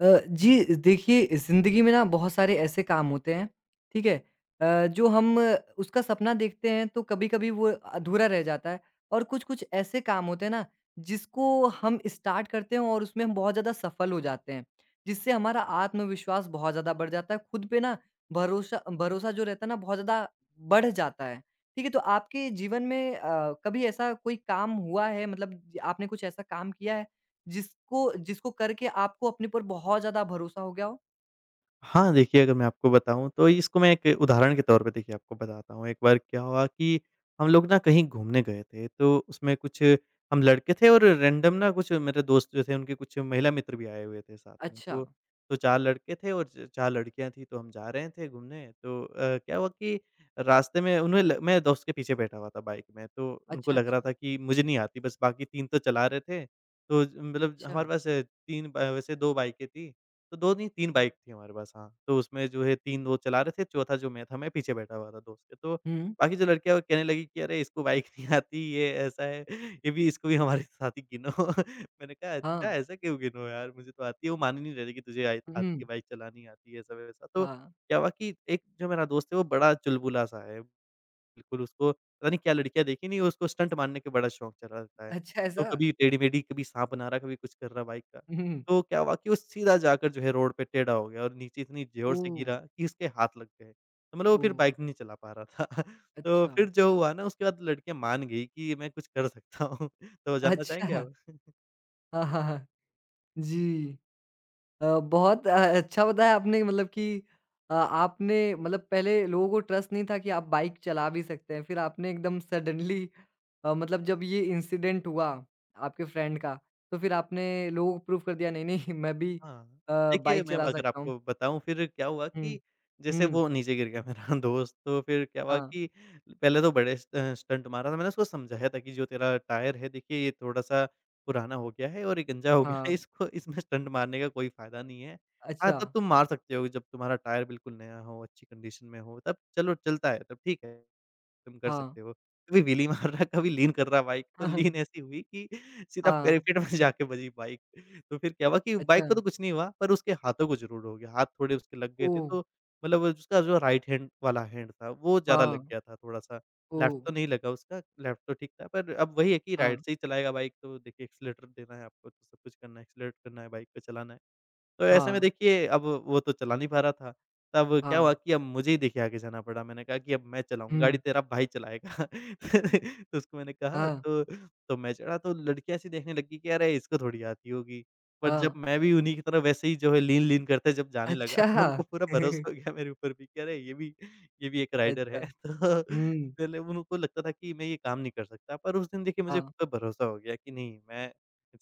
जी देखिए ज़िंदगी में ना बहुत सारे ऐसे काम होते हैं, ठीक है? जो हम उसका सपना देखते हैं तो कभी-कभी वो अधूरा रह जाता है और कुछ-कुछ ऐसे काम होते हैं ना जिसको हम स्टार्ट करते हैं और उसमें हम बहुत ज़्यादा सफल हो जाते हैं, जिससे हमारा आत्मविश्वास बहुत ज़्यादा बढ़ जाता है, खुद पे ना भरोसा भरोसा जो रहता है ना बहुत ज़्यादा बढ़ जाता है, ठीक है? तो आपके जीवन में कभी ऐसा कोई काम हुआ है मतलब आपने कुछ ऐसा काम किया है? जिसको जिसको करके आपको अपने पर बहुत ज़्यादा भरोसा हो गया हो? हाँ, देखिए अगर मैं आपको बताऊँ तो इसको मैं एक उदाहरण के तौर पे देखिए आपको बताता हूँ। एक बार क्या हुआ कि हम लोग ना कहीं घूमने गए थे, तो उसमें कुछ हम लड़के थे और रैंडम ना कुछ मेरे दोस्त जो थे उनके कुछ महिला मित्र भी आए हुए थे साथ में। अच्छा, तो 4 लड़के थे और च 4 लड़कियाँ थीं तो हम जा रहे थे घूमने तो क्या हुआ कि रास्ते में उन्हें ल मैं दोस्त के पीछे बैठा हुआ था बाइक में तो उनको अच्छा, लग रहा अच्छा, था कि मुझे नहीं आती बस बाकी 3 तो चला रहे थे। मतलब अच्छा। हमारे पास 3 ब वैसे 2 बाइकें थीं तो 2 नहीं 3 बाइक थी हमारे पास। हाँ, तो उसमें जो है 3 वो चला रहे थे, चौथा जो मैं था, मैं पीछे बैठा हुआ था दोस्त के। तो हुँ, बाकी जो लड़कियाँ वो कहने लगी कि अरे इसको बाइक नहीं आती, ये ऐसा है, ये भी, इसको भी हमारे साथ ही गिनो। मैंने कहा हाँ, अच्छा ऐसा क्यों गिनो यार, मुझे तो आती है। वो मान ही नहीं रहे थे कि तुझे आई आती हुँ, है, बाइक चलानी आती है, ऐसा-वैसा। तो हाँ। क्या हुआ कि एक जो मेरा दोस्त है वो बड़ा चुलबुला सा है। बिल्कुल, उसको पता नहीं क्या लड़कियाँ देखी नहीं, उसको स्टंट मारने का बड़ा शौक चढ़ा रहता है। अच्छा तो ऐसा? कभी टेढ़ी-मेढ़ी, कभी साँप बना रहा है, कभी कुछ कर रहा है बाइक का। हुँ, तो क्या हुआ कि वो सीधा जाकर जो है रोड पे टेढ़ा हो गया और नीचे इतनी ज़ोर से ओह! गिरा कि उसके हाथ लग गए। तो मतलब वो फिर ओह! बाइक नहीं चला पा रहा था। तो अच्छा, फिर जो हुआ ना उसके बाद लड़कियाँ मान गई कि मैं कुछ कर सकता हूँ। तो जानना चाहेंगे अच्छा। आप? हाँ, हाँ, हाँ। जी। अ, बहुत अ, अच्छा बताया आपने मतलब कि आपने मतलब पहले लोगों को ट्रस्ट नहीं था कि आप बाइक चला भी सकते हैं। फिर आपने एकदम सडनली मतलब जब ये इंसिडेंट हुआ आपके फ्रेंड का, तो फिर आपने लोगों को प्रूव कर दिया नहीं, नहीं मैं भी हाँ, अ, देखिए बाइक मैं चला अगर सकता हूँ। आपको बताऊँ फिर क्या हुआ हुँ, कि जैसे हुँ, वो नीचे गिर गया मेरा दोस्त तो फिर क्या हुआ हाँ, कि पहले तो बड़े स्टंट मारा था। मैंने उसको समझाया था कि जो तेरा टायर है देखिए ये थोड़ा-सा पुराना हो गया है और ये गंजा हो गया है, हाँ, इसको इसमें स्टंट मारने का कोई फ़ायदा नहीं है। हाँ, अच्छा, तब तुम मार सकते हो जब तुम्हारा टायर बिल्कुल नया हो, अच्छी कंडीशन में हो, तब चलो चलता है, तब ठीक है। तुम कर हाँ, सकते हो। कभी व्हीली मार रहा है, कभी लीन कर रहा है बाइक, तो लीन ऐसी हुई कि सीधा हाँ, पेरिफेट में जाके बजी बाइक। तो फिर क्या हुआ कि बाइक अच्छा, को तो कुछ नहीं हुआ, पर उसके हाथों को ज़रूर हो गया। हाथ थोड़े उसके लग गए थे, ओह! तो मतलब वो उसका जो राइट हैंड वाला हैंड था, वो ज़्यादा हाँ, लग गया था थोड़ा-सा। Left oh! तो नहीं लगा उसका, लेफ्ट तो ठीक था, पर अब वही है कि हाँ, राइट से ही चलाएगा बाइक, तो देखिए एक्सेलेरेटर देना है आपको, तो सब कुछ करना है, एक्सेलेरेट करना है, बाइक को चलाना है। तो ऐसे में हाँ, देखिए अब वो तो चला नहीं पा रहा था। तब क्या हाँ, हुआ कि अब मुझे ही देखिए आगे जाना पड़ा। मैंने कहा कि अब मैं चलाऊँ गाड़ी, हुँ, तेरा भाई चलाएगा। तो उसको मैंने कहा, हाँ, तो मैं चढ़ा तो लड़कियाँ ऐसी देखने लगी कि अरे इसको थोड़ी आती होगी। पर जब हाँ, मैं भी उन्हीं की तरह वैसे ही जो है लीन-लीन करते जब जाने लगा अच्छा, तो उनको पूरा भरोसा हो गया मेरे ऊपर भी कि अरे ये भी एक राइडर अच्छा। है। तो हुँ। पहले उनको लगता था कि मैं ये काम नहीं कर सकता। पर उस दिन देखिए मुझे हाँ। खुद पर भरोसा हो गया कि नहीं मैं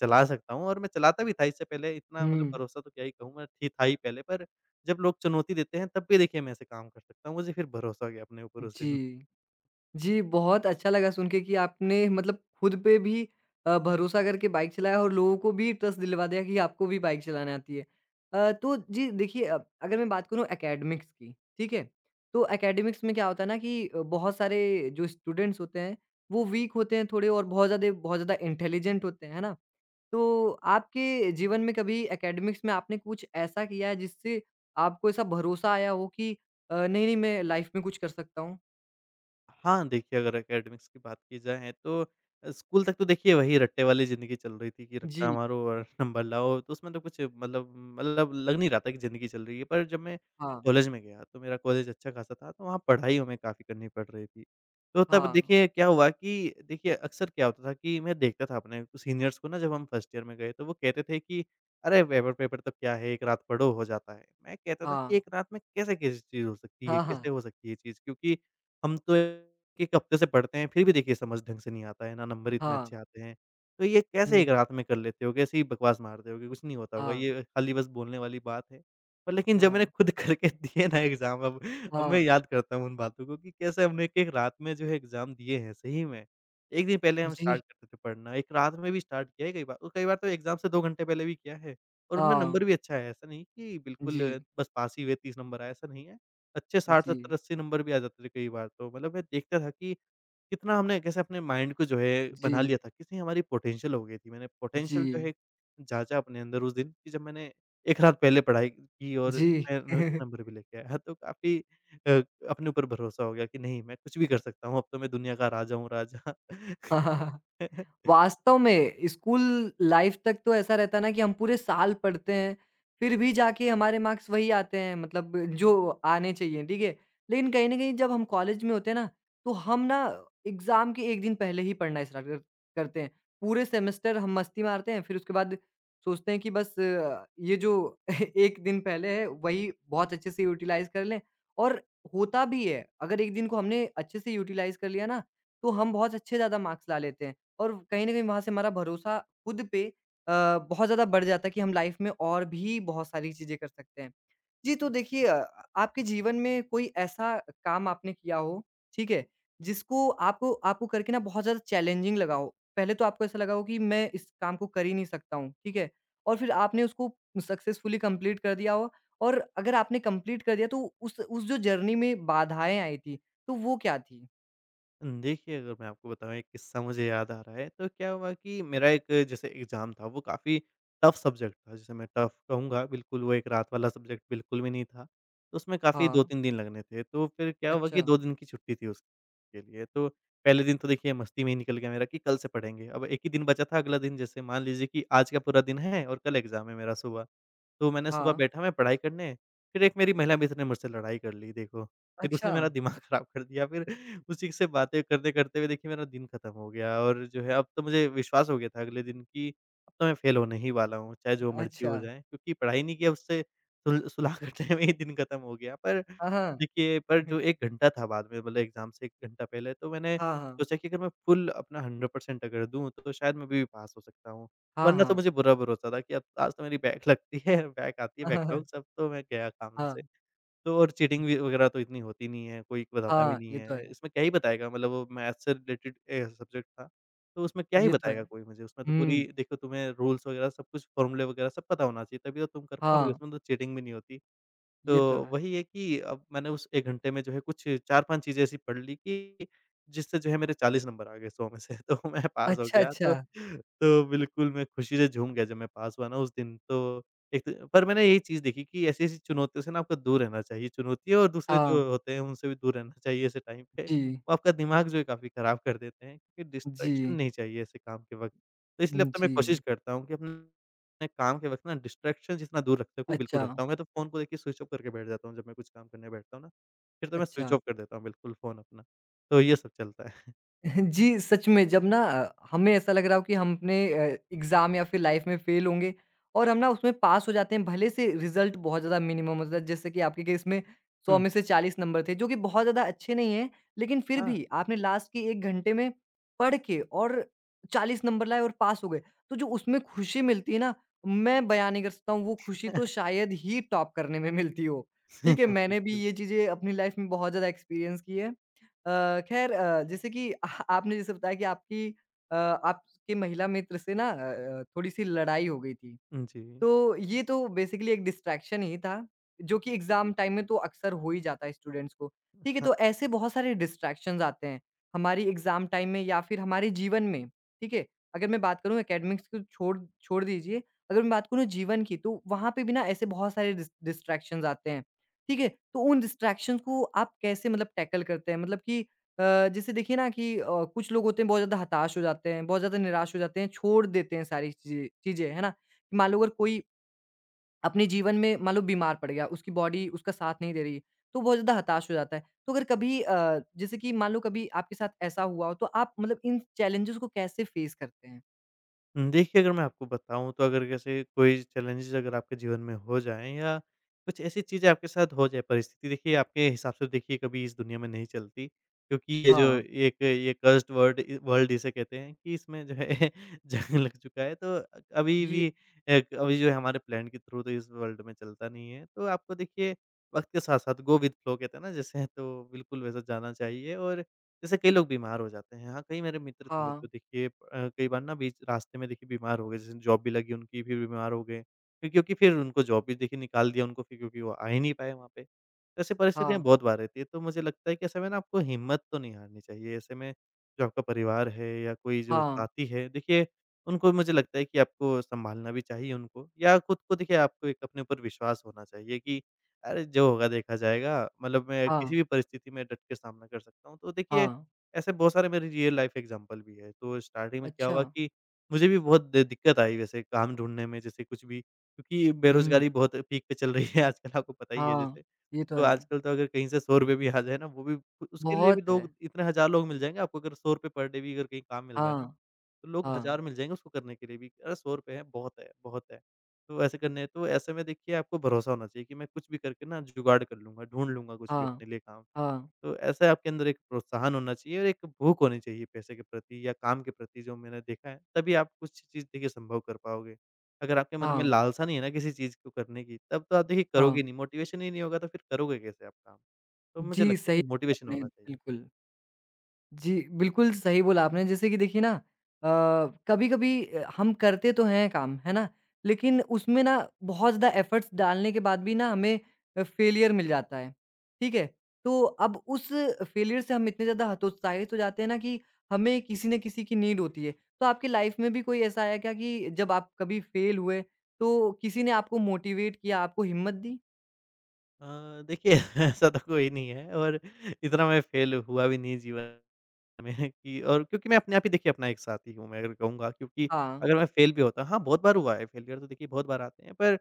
चला सकता हूँ। और मैं चलाता भी था इससे पहले, इतना मतलब हुँ। भरोसा तो क्या ही कहूँ मैं, थी था ही पहले, पर जब लोग चुनौती देते हैं तब भी देखिए मैं ऐसे काम कर सकता हूँ। मुझे फिर भरोसा हो गया अपने ऊपर उस दिन। जी। जी, बहुत अच्छा लगा सुन के कि आपने मतलब खुद पे भी भरोसा करके बाइक चलाया और लोगों को भी ट्रस्ट दिलवा दिया कि आपको भी बाइक चलाना आती है। तो जी देखिए अगर मैं बात करूँ एकेडमिक्स की, ठीक है? तो एकेडमिक्स में क्या होता है ना कि बहुत सारे जो स्टूडेंट्स होते हैं, वो वीक होते हैं थोड़े और बहुत ज़्यादा इंटेलिजेंट होते हैं, है ना? तो आपके जीवन में कभी एकेडमिक्स में आपने कुछ ऐसा किया है जिससे आपको ऐसा भरोसा आया हो कि नहीं, नहीं मैं लाइफ में कुछ कर सकता हूँ? हाँ, देखिए अगर एकेडमिक्स की बात की जाए तो स्कूल तक तो देखिए वही रट्टे वाली ज़िंदगी चल रही थी कि रट्टा जी, मारो और नंबर लाओ, तो उसमें तो कुछ मतलब लग नहीं रहा था कि ज़िंदगी चल रही है। पर जब मैं हाँ, कॉलेज में गया तो मेरा कॉलेज अच्छा खासा था, तो वहाँ पढ़ाई हमें काफ़ी करनी पड़ रही थी। तो तब हाँ, देखिए क्या हुआ कि देखिए अक्सर क्या होता था कि मैं देखता था अपने सीनियर्स को ना, जब हम फर्स्ट ईयर में गए तो वो कहते थे कि अरे! पेपर-पेपर तो क्या है, 1 रात पढ़ो हो जाता है। मैं कहता था कि हाँ, 1 रात में कैसे, कैसी चीज़ हो सकती है, हाँ, कैसे हाँ, हो सकती है ये चीज़? क्योंकि हम तो एक हफ्ते से पढ़ते हैं, फिर भी देखिए समझ ढंग से नहीं आता है, ना नंबर इतने हाँ, अच्छे आते हैं। तो ये कैसे एक हुँ, रात में कर लेते हो? कैसे ही बकवास मारते होगे? कुछ नहीं होता होगा, हाँ, ये खाली बस बोलने वाली बात है। पर लेकिन जब मैंने हाँ, खुद करके दिए ना एग्ज़ाम, अब मैं हाँ, याद करता हूँ उन बातों को कि कैसे हमने एक-एक रात में जो है एग्ज़ाम दिए हैं, सही में। 1 दिन पहले हम जी, स्टार्ट करते थे पढ़ना, एक रात में भी स्टार्ट किया है कई बार और कई बार तो एग्ज़ाम से 2 घंटे पहले भी किया है और उनमें हाँ, नंबर भी अच्छा आया है। ऐसा नहीं कि बिल्कुल जी, बस पास ही हुए, 30 नंबर आए, ऐसा नहीं है। अच्छे 60, 70, जी, 80 नंबर भी आ जाते थे कई बार तो। मतलब मैं देखता था कि कितना हमने, कैसे अपने माइंड को जो है बना जी, लिया था, कितनी हमारी पोटेंशियल हो गई थी। मैंने पोटेंशियल जो जी, है जाँचा अपने अंदर उस दिन कि जब मैंने 1 रात पहले पढ़ाई की और जी। मैं न अच्छे नंबर भी लेके आया। तो काफ़ी अ, अपने ऊपर भरोसा हो गया कि नहीं मैं कुछ भी कर सकता हूँ, अब तो मैं दुनिया का राजा हूँ, राजा। हाँ हाँ हाँ। वास्तव में स्कूल लाइफ तक तो ऐसा रहता है ना कि हम पूरे साल पढ़ते हैं, फिर भी जाके हमारे मार्क्स वही आते हैं मतलब जो आने चाहिए, ठीक है? लेकिन कहीं न कहीं जब हम कॉलेज में होते हैं ना, तो हम ना एग्ज़ाम के 1 दिन पहले ही पढ़ना स्टार्ट कर करते हैं। पूरे सेमेस्टर हम मस्ती मारते हैं, फिर उसके बाद सोचते हैं कि बस ये जो 1 दिन पहले है, वही बहुत अच्छे से यूटिलाइज़ कर लें और होता भी है। अगर 1 दिन को हमने अच्छे से यूटिलाइज़ कर लिया ना, तो हम बहुत अच्छे ज़्यादा मार्क्स ला लेते हैं और कहीं न कहीं वहाँ से हमारा भरोसा खुद पे अ, बहुत ज़्यादा बढ़ जाता है कि हम लाइफ़ में और भी बहुत सारी चीज़ें कर सकते हैं। जी, तो देखिए आपके जीवन में कोई ऐसा काम आपने किया हो, ठीक है? जिसको आपको आपको करके ना बहुत ज़्यादा चैलेंजिंग लगा हो। पहले तो आपको ऐसा लगा हो कि मैं इस काम को कर ही नहीं सकता हूँ, ठीक है? और फिर आपने उसको सक्सेसफुली कंप्लीट कर दिया हो और अगर आपने कंप्लीट कर दिया तो उस जो जर्नी में बाधाएँ आई थी, तो वो क्या थी? देखिए, अगर मैं आपको बताऊँ, एक किस्सा मुझे याद आ रहा है, तो क्या हुआ कि मेरा एक जैसे एग्ज़ाम था, वो काफ़ी टफ़ सब्जेक्ट था, जिसे मैं टफ़ कहूँगा, बिल्कुल वो एक रात वाला सब्जेक्ट बिल्कुल भी नहीं था। तो उसमें काफ़ी हाँ। 2,3 दिन लगने थे, तो फिर क्या हुआ कि अच्छा, 2 दिन की छुट्टी थी उसके लिए। तो पहले दिन तो देखिए मस्ती में ही निकल गया मेरा कि कल से पढ़ेंगे, अब 1 ही दिन बचा था, अगला दिन जैसे मान लीजिए कि आज का पूरा दिन है और कल एग्ज़ाम है मेरा सुबह। तो मैंने सुबह हाँ, बैठा मैं पढ़ाई करने, फिर एक मेरी महिला मित्र ने मुझसे लड़ाई कर ली देखो। फिर अच्छा, उसने मेरा दिमाग खराब कर दिया, फिर उसी से बातें करते-करते हुए देखिए मेरा दिन खत्म हो गया और जो है अब तो मुझे विश्वास हो गया था अगले दिन कि अब तो मैं फेल होने ही वाला हूँ, चाहे जो मर्ज़ी अच्छा, हो जाए, क्योंकि पढ़ाई नहीं किया, उससे सुलह करने में ही दिन खत्म हो गया। पर हाँ, हाँ। देखिए पर जो 1 घंटा था बाद में मतलब एग्ज़ाम से 1 घंटा पहले, तो मैंने हाँ, हाँ, सोचा कि अगर मैं फुल अपना 100% अगर दूँ तो शायद मैं भी पास हो सकता हूँ। हाँ, वरना तो हाँ, मुझे बुरा भरोसा था कि अब आज तो मेरी बैक लगती है, बैक आती है, हाँ, बैकलॉग, सब तो मैं गया काम हाँ, से। तो और चीटिंग भी वगैरह तो इतनी होती नहीं है, कोई बताता भी हाँ, नहीं ये तो है। है, इसमें क्या ही बताएगा, मतलब वो मैथ्स से रिलेटेड सब्जेक्ट था, तो उसमें क्या ही ये तो है। बताएगा कोई मुझे। उसमें तो पूरी हुँ, देखो तुम्हें रूल्स वगैरह सब कुछ फ़ॉर्मूले वगैरह सब पता होना चाहिए, तभी तो तुम कर पाओगे, हाँ, उसमें तो चीटिंग भी नहीं होती। ये तो तो है। वही है कि अब मैंने उस 1 घंटे में जो है कुछ 4,5 चीज़ें ऐसी पढ़ ली कि जिससे जो है मेरे 40 नंबर आ गए 100 में से। तो मैं पास हो अच्छा, गया अच्छा, तो तो बिल्कुल मैं खुशी से झूम गया जब मैं पास हुआ ना उस दिन तो। एक तो पर मैंने यही चीज़ देखी कि ऐसी-ऐसी चुनौतियों से ना आपको दूर रहना चाहिए, चुनौतियों और दूसरे हाँ, जो होते हैं उनसे भी दूर रहना चाहिए ऐसे टाइम पे। जी, वो आपका दिमाग जो है काफ़ी खराब कर देते हैं क्योंकि डिस्ट्रैक्शन जी, नहीं चाहिए ऐसे काम के वक़्त। तो इसलिए अब हुँ, तो मैं कोशिश जी, करता हूँ कि अपने मैं काम के वक़्त ना डिस्ट्रैक्शन जितना दूर रख सकूँ बिल्कुल अच्छा, रखता हूँ। मैं तो फ़ोन को देखिए स्विच ऑफ करके बैठ जाता हूँ, जब मैं कुछ काम करने बैठता हूँ ना, फिर तो मैं स्विच अच्छा। ऑफ कर देता हूँ बिल्कुल फ़ोन अपना। तो ये सब चलता है। जी, सच में जब ना हमें ऐसा लग रहा हो कि हम अपने एग्ज़ाम या फिर लाइफ़ में फेल होंगे और हम ना उसमें पास हो जाते हैं भले से रिज़ल्ट बहुत ज़्यादा मिनिमम होता है जैसे कि आपके केस में 100 हुँ, में से 40 नंबर थे जो कि बहुत ज़्यादा अच्छे नहीं हैं, लेकिन फिर हाँ। भी आपने लास्ट के 1 घंटे में पढ़ के और 40 नंबर लाए और पास हो गए। तो जो उसमें खुशी मिलती है ना, मैं बयान नहीं कर सकता हूँ वो खुशी तो शायद ही टॉप करने में मिलती हो। ठीक है, मैंने भी बिल्कुल। ये चीज़ें अपनी लाइफ़ में बहुत ज़्यादा एक्सपीरियंस की है। ख़ैर, जैसे कि आपने जैसे बताया कि आपकी आपके महिला मित्र से ना थोड़ी-सी लड़ाई हो गई थी। जी, तो ये तो बेसिकली एक डिस्ट्रैक्शन ही था, जो कि एग्ज़ाम टाइम में तो अक्सर हो ही जाता है स्टूडेंट्स को। ठीक है, तो हाँ। ऐसे बहुत सारे डिस्ट्रैक्शंस आते हैं, हमारी एग्ज़ाम टाइम में या फिर हमारे जीवन में, ठीक है? अगर मैं बात करूँ एकेडमिक्स को छोड़ छोड़ दीजिए, अगर मैं बात करूँ जीवन की तो वहाँ पे भी ना ऐसे बहुत सारे डिस्ट्रैक्शंस आते हैं, ठीक है? तो उन डिस्ट्रैक्शंस को आप कैसे मतलब टैकल करते हैं? मतलब कि जैसे देखिए ना कि कुछ लोग होते हैं बहुत ज़्यादा हताश हो जाते हैं, बहुत ज़्यादा निराश हो जाते हैं, छोड़ देते हैं सारी चीज़ें चीज़ें, है ना? मान लो अगर कोई अपने जीवन में मान लो बीमार पड़ गया, उसकी बॉडी उसका साथ नहीं दे रही है, तो बहुत ज़्यादा हताश हो जाता है। तो अगर कभी जैसे कि मान लो कभी आपके साथ ऐसा हुआ हो, तो आप मतलब इन चैलेंजेज़ को कैसे फेस करते हैं? हुँ, देखिए अगर मैं आपको बताऊँ तो अगर जैसे कोई चैलेंजेज़ अगर आपके जीवन में हो जाएँ या कुछ ऐसी चीज़ें आपके साथ हो जाए, परिस्थिति देखिए आपके हिसाब से देखिए कभी इस दुनिया में नहीं चलती। क्योंकि ये जो हाँ, एक ये कर्स्ड वर्ड इ वर्ल्ड इसे कहते हैं कि इसमें जो है जंग लग चुका है तो अभी ये भी एक अभी जो है हमारे प्लान के थ्रू तो इस वर्ल्ड में चलता नहीं है। तो आपको देखिए वक़्त के साथ-साथ गो विद फ्लो कहते हैं ना जैसे, तो बिल्कुल वैसा जाना चाहिए। और जैसे कई लोग बीमार हो जाते हैं, हाँ, कई मेरे मित्र थे हाँ, तो देखिए कई बार ना बीच रास्ते में देखिए बीमार हो गए, जैसे जॉब भी लगी उनकी फिर बीमार हो गए। फिर क्योंकि फिर उनको जॉब भी देखिए निकाल दिया उनको, फिर क्योंकि वो आ ही नहीं पाए वहाँ पे। तो ऐसी परिस्थितियाँ हाँ, बहुत बार रहती है, तो मुझे लगता है कि ऐसे में ना आपको हिम्मत तो नहीं हारनी चाहिए। ऐसे में जो आपका परिवार है या कोई जो हाँ, साथी है, देखिए उनको मुझे लगता है कि आपको सँभालना भी चाहिए उनको, या खुद को देखिए आपको एक अपने ऊपर विश्वास होना चाहिए कि अरे, जो होगा देखा जाएगा, मतलब मैं किसी हाँ, भी परिस्थिति में डट के सामना कर सकता हूँ। तो देखिए, हाँ। ऐसे बहुत सारे मेरी रियल लाइफ एग्ज़ाम्पल भी है। तो स्टार्टिंग में क्या अच्छा। हुआ कि मुझे भी बहुत द दिक्कत आई वैसे काम ढूँढने में, जैसे कुछ भी, क्योंकि हुँ, बेरोज़गारी बहुत पीक पे चल रही है आजकल, आपको पता ही है हाँ, जैसे। ये तो तो है। आजकल तो अगर कहीं से ₹100 भी आ जाए ना, वो भी उ उसके लिए भी बहुत है। लोग इतने हज़ार लोग मिल जाएँगे आपको। अगर ₹100 पर डे भी अगर कहीं काम मिल रहा है ना, हाँ, तो लोग हज़ार हाँ, मिल जाएँगे उसको करने के लिए भी। अरे, ₹100 है, बहुत है, बहुत है। तो ऐसे करने, तो ऐसे में देखिए आपको भरोसा होना चाहिए कि मैं कुछ भी करके ना जुगाड़ कर लूँगा, ढूँढ लूँगा कुछ भी हाँ, अपने लिए काम। हाँ, तो ऐसे आपके अंदर एक प्रोत्साहन होना चाहिए और एक भूख होनी चाहिए पैसे के प्रति या काम के प्रति, जो मैंने देखा है, तभी आप कुछ चीज़ देखिए संभव कर पाओगे। अगर आपके मन में हाँ, लालसा नहीं है ना किसी चीज़ को करने की, तब तो आप देखिए करोगे हाँ। नहीं, मोटिवेशन ही नहीं होगा तो फिर करोगे कैसे आप काम? तो मुझे जी, लगता सही है कि मोटिवेशन आपने होना चाहिए। बिल्कुल। जी, बिल्कुल सही बोला आपने। जैसे कि देखिए ना अ, कभी-कभी हम करते तो हैं काम, है ना? लेकिन उसमें ना बहुत ज़्यादा एफ़र्ट्स डालने के बाद भी ना हमें फ़ेलियर मिल जाता है, ठीक है? तो अब उस फ़ेलियर से हम इतने ज़्यादा हतोत्साहित हो जाते हैं ना कि हमें किसी न किसी की नीड होती है। तो आपकी लाइफ़ में भी कोई ऐसा आया क्या कि जब आप कभी फ़ेल हुए, तो किसी ने आपको मोटिवेट किया, आपको हिम्मत दी? देखिए ऐसा तो कोई नहीं है। और इतना मैं फेल हुआ भी नहीं जीवन में है कि, और क्योंकि मैं अपने आप ही देखिए अपना एक साथी हूँ मैं अगर कहूँगा, क्योंकि हाँ, अगर मैं फ़ेल भी होता, हाँ, बहुत बार हुआ है फ़ेलियर तो, देखिए बहुत बार आते हैं, पर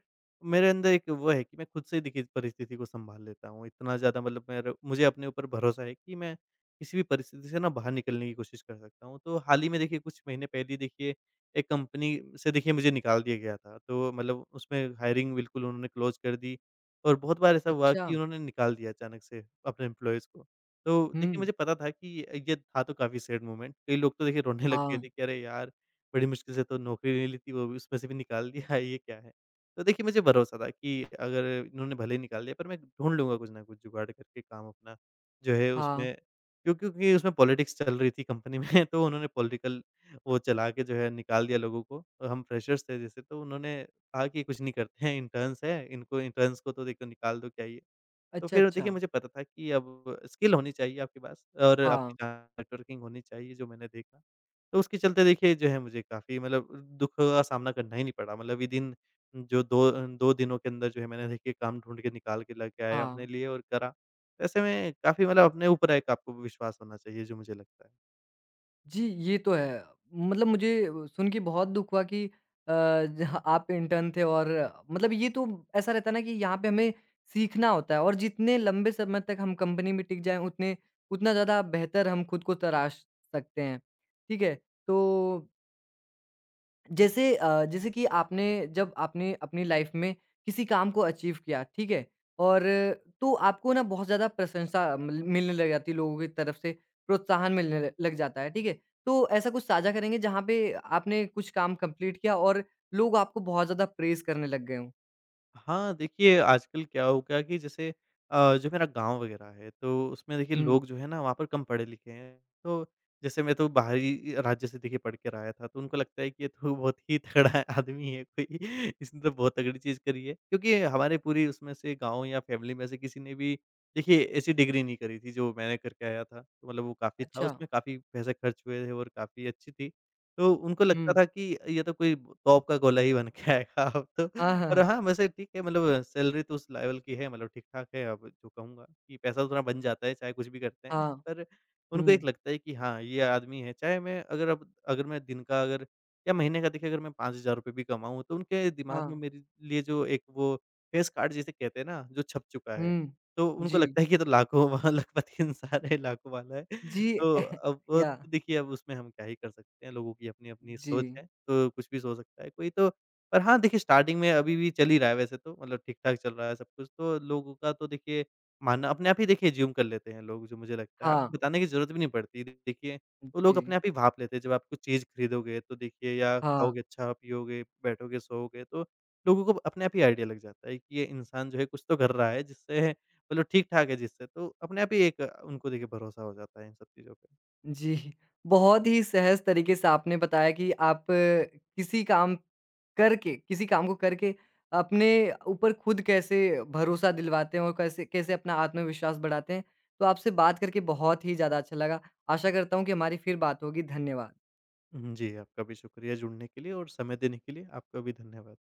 मेरे अंदर एक वो है कि मैं खुद से ही देखिए परिस्थिति को सँभाल लेता हूँ। इतना ज़्यादा मतलब मेरे मुझे अपने ऊपर भरोसा है कि मैं किसी भी परिस्थिति से ना बाहर निकलने की कोशिश कर सकता हूँ। तो हाल ही में देखिए कुछ महीने पहले ही देखिए एक कंपनी से देखिए मुझे निकाल दिया गया था। तो मतलब उसमें हायरिंग बिल्कुल उन्होंने क्लोज़ कर दी, और बहुत बार ऐसा हुआ अच्छा। कि उन्होंने निकाल दिया अचानक से अपने एम्प्लॉइज़ को। तो देखिए, हुँ, मुझे पता था कि ये था तो काफ़ी सैड मोमेंट। कई लोग तो देखिए रोने लग गए हाँ, थे कि अरे यार! बड़ी मुश्किल से तो नौकरी ले ली थी, वो भी उसमें से भी निकाल दिया, ये क्या है? तो देखिए मुझे भरोसा था कि अगर इन्होंने भले ही निकाल दिया, पर मैं ढूँढ लूँगा कुछ ना कुछ जुगाड़ करके काम अपना, जो है हाँ। उसमें। क्योंकि उसमें पॉलिटिक्स चल रही थी कंपनी में तो उन्होंने पॉलिटिकल वो चला के जो है निकाल दिया लोगों को, और हम फ्रेशर्स थे जैसे, तो उन्होंने कहा कि कुछ नहीं करते हैं, इंटर्न्स हैं, इनको इंटर्न्स को तो देखो निकाल दो क्या ये। तो अच्छा, फिर देखिए अच्छा। मुझे पता था कि अब स्किल होनी चाहिए आपके पास और हाँ, आपकी नेटवर्किंग होनी चाहिए, जो मैंने देखा। तो उसके चलते देखिए जो है मुझे काफ़ी मतलब दुख का सामना करना ही नहीं पड़ा। मतलब विदिन जो 2 दिनों के अंदर जो है मैंने देखिए काम ढूँढ के निकाल के लेके आया अपने हाँ। लिए, और करा। ऐसे में काफ़ी मतलब अपने ऊपर एक आपको विश्वास होना चाहिए, जो मुझे लगता है। जी, ये तो है। मतलब मुझे सुन के बहुत दुःख हुआ कि जहाँ आप इंटर्न थे और मतलब ये तो ऐसा रहता है ना कि यहाँ पे हमें सीखना होता है और जितने लंबे समय तक हम कंपनी में टिक जाएँ उतने उतना ज़्यादा बेहतर हम खुद को तराश सकते हैं। ठीक है? तो जैसे जैसे कि आपने जब आपने अपनी लाइफ में किसी काम को अचीव किया, ठीक है? और तो आपको ना बहुत ज़्यादा प्रशंसा मिलने लग जाती है लोगों की तरफ से, प्रोत्साहन मिलने ल लग जाता है, ठीक है? तो ऐसा कुछ साझा करेंगे जहाँ पे आपने कुछ काम कंप्लीट किया और लोग आपको बहुत ज़्यादा प्रेज़ करने लग गए हों? हाँ, देखिए आजकल क्या हो गया कि जैसे जो मेरा गाँव वग़ैरह है, तो उसमें देखिए हुँ, लोग जो है ना वहाँ पर कम पढ़े-लिखे हैं। तो जैसे मैं तो बाहरी राज्य से देखिए पढ़ कर आया था, तो उनको लगता है कि ये तो बहुत ही तगड़ा आदमी है कोई, इसने तो बहुत तगड़ी चीज़ करी है। क्योंकि हमारे पूरी उसमें से गाँव या फैमिली में से किसी ने भी देखिए ऐसी डिग्री नहीं करी थी जो मैंने करके आया था। तो मतलब वो काफ़ी था, अच्छा। उसमें काफ़ी पैसे खर्च हुए थे और काफ़ी अच्छी थी। तो उनको हुँ। लगता था कि ये तो कोई तोप का गोला ही बन के आएगा अब तो। हाँ, और हाँ, हाँ, वैसे ठीक है, मतलब सैलरी तो उस लेवल की है, मतलब ठीक-ठाक है अब, जो कहूँगा कि पैसा तो थोड़ा बन जाता है चाहे कुछ भी करते हैं। हाँ। पर उनको एक हुँ, लगता है कि हाँ, ये आदमी है, चाहे मैं अगर अब अगर मैं दिन का अगर या महीने का देखिए अगर मैं ₹5,000 भी कमाऊँ, तो उनके दिमाग में हाँ। मेरे लिए जो एक वो फेस कार्ड जिसे कहते हैं ना, जो छप चुका है। हुँ। तो उनको जी। लगता है कि ये तो लाखों व लखपति इंसान है, लाखों वाला है। जी, तो अब वो या तो देखिए अब उसमें हम क्या ही कर सकते हैं, लोगों की अपनी-अपनी जी। सोच है, तो कुछ भी सोच सकता है कोई तो। पर हाँ, देखिए स्टार्टिंग में अभी भी चल ही रहा है वैसे तो, मतलब ठीक-ठाक चल रहा है सब कुछ, तो लोगों का तो देखिए मानना अपने आप ही देखिए अज़्यूम कर लेते हैं लोग, जो मुझे लगता है। हाँ, आपको बताने की ज़रूरत भी नहीं पड़ती, देखिए वो लोग जी, अपने आप ही भाँप लेते हैं। जब आप कुछ चीज़ खरीदोगे तो देखिए या हाँ। खाओगे, अच्छा पियोगे, बैठोगे, सोओगे, तो लोगों को अपने आप ही आइडिया लग जाता है कि ये इंसान जो है कुछ तो कर रहा है, जिससे मतलब ठीक-ठाक है जिससे, तो अपने आप ही एक उनको देखिए भरोसा हो जाता है इन सब चीज़ों पे। जी, बहुत ही सहज तरीके से आपने बताया कि आप किसी काम करके किसी काम को करके अपने ऊपर खुद कैसे भरोसा दिलवाते हैं और कैसे कैसे अपना आत्मविश्वास बढ़ाते हैं। तो आपसे बात करके बहुत ही ज़्यादा अच्छा लगा। आशा करता हूँ कि हमारी फिर बात होगी। धन्यवाद। हुँ, जी, आपका भी शुक्रिया जुड़ने के लिए और समय देने के लिए, आपका भी धन्यवाद।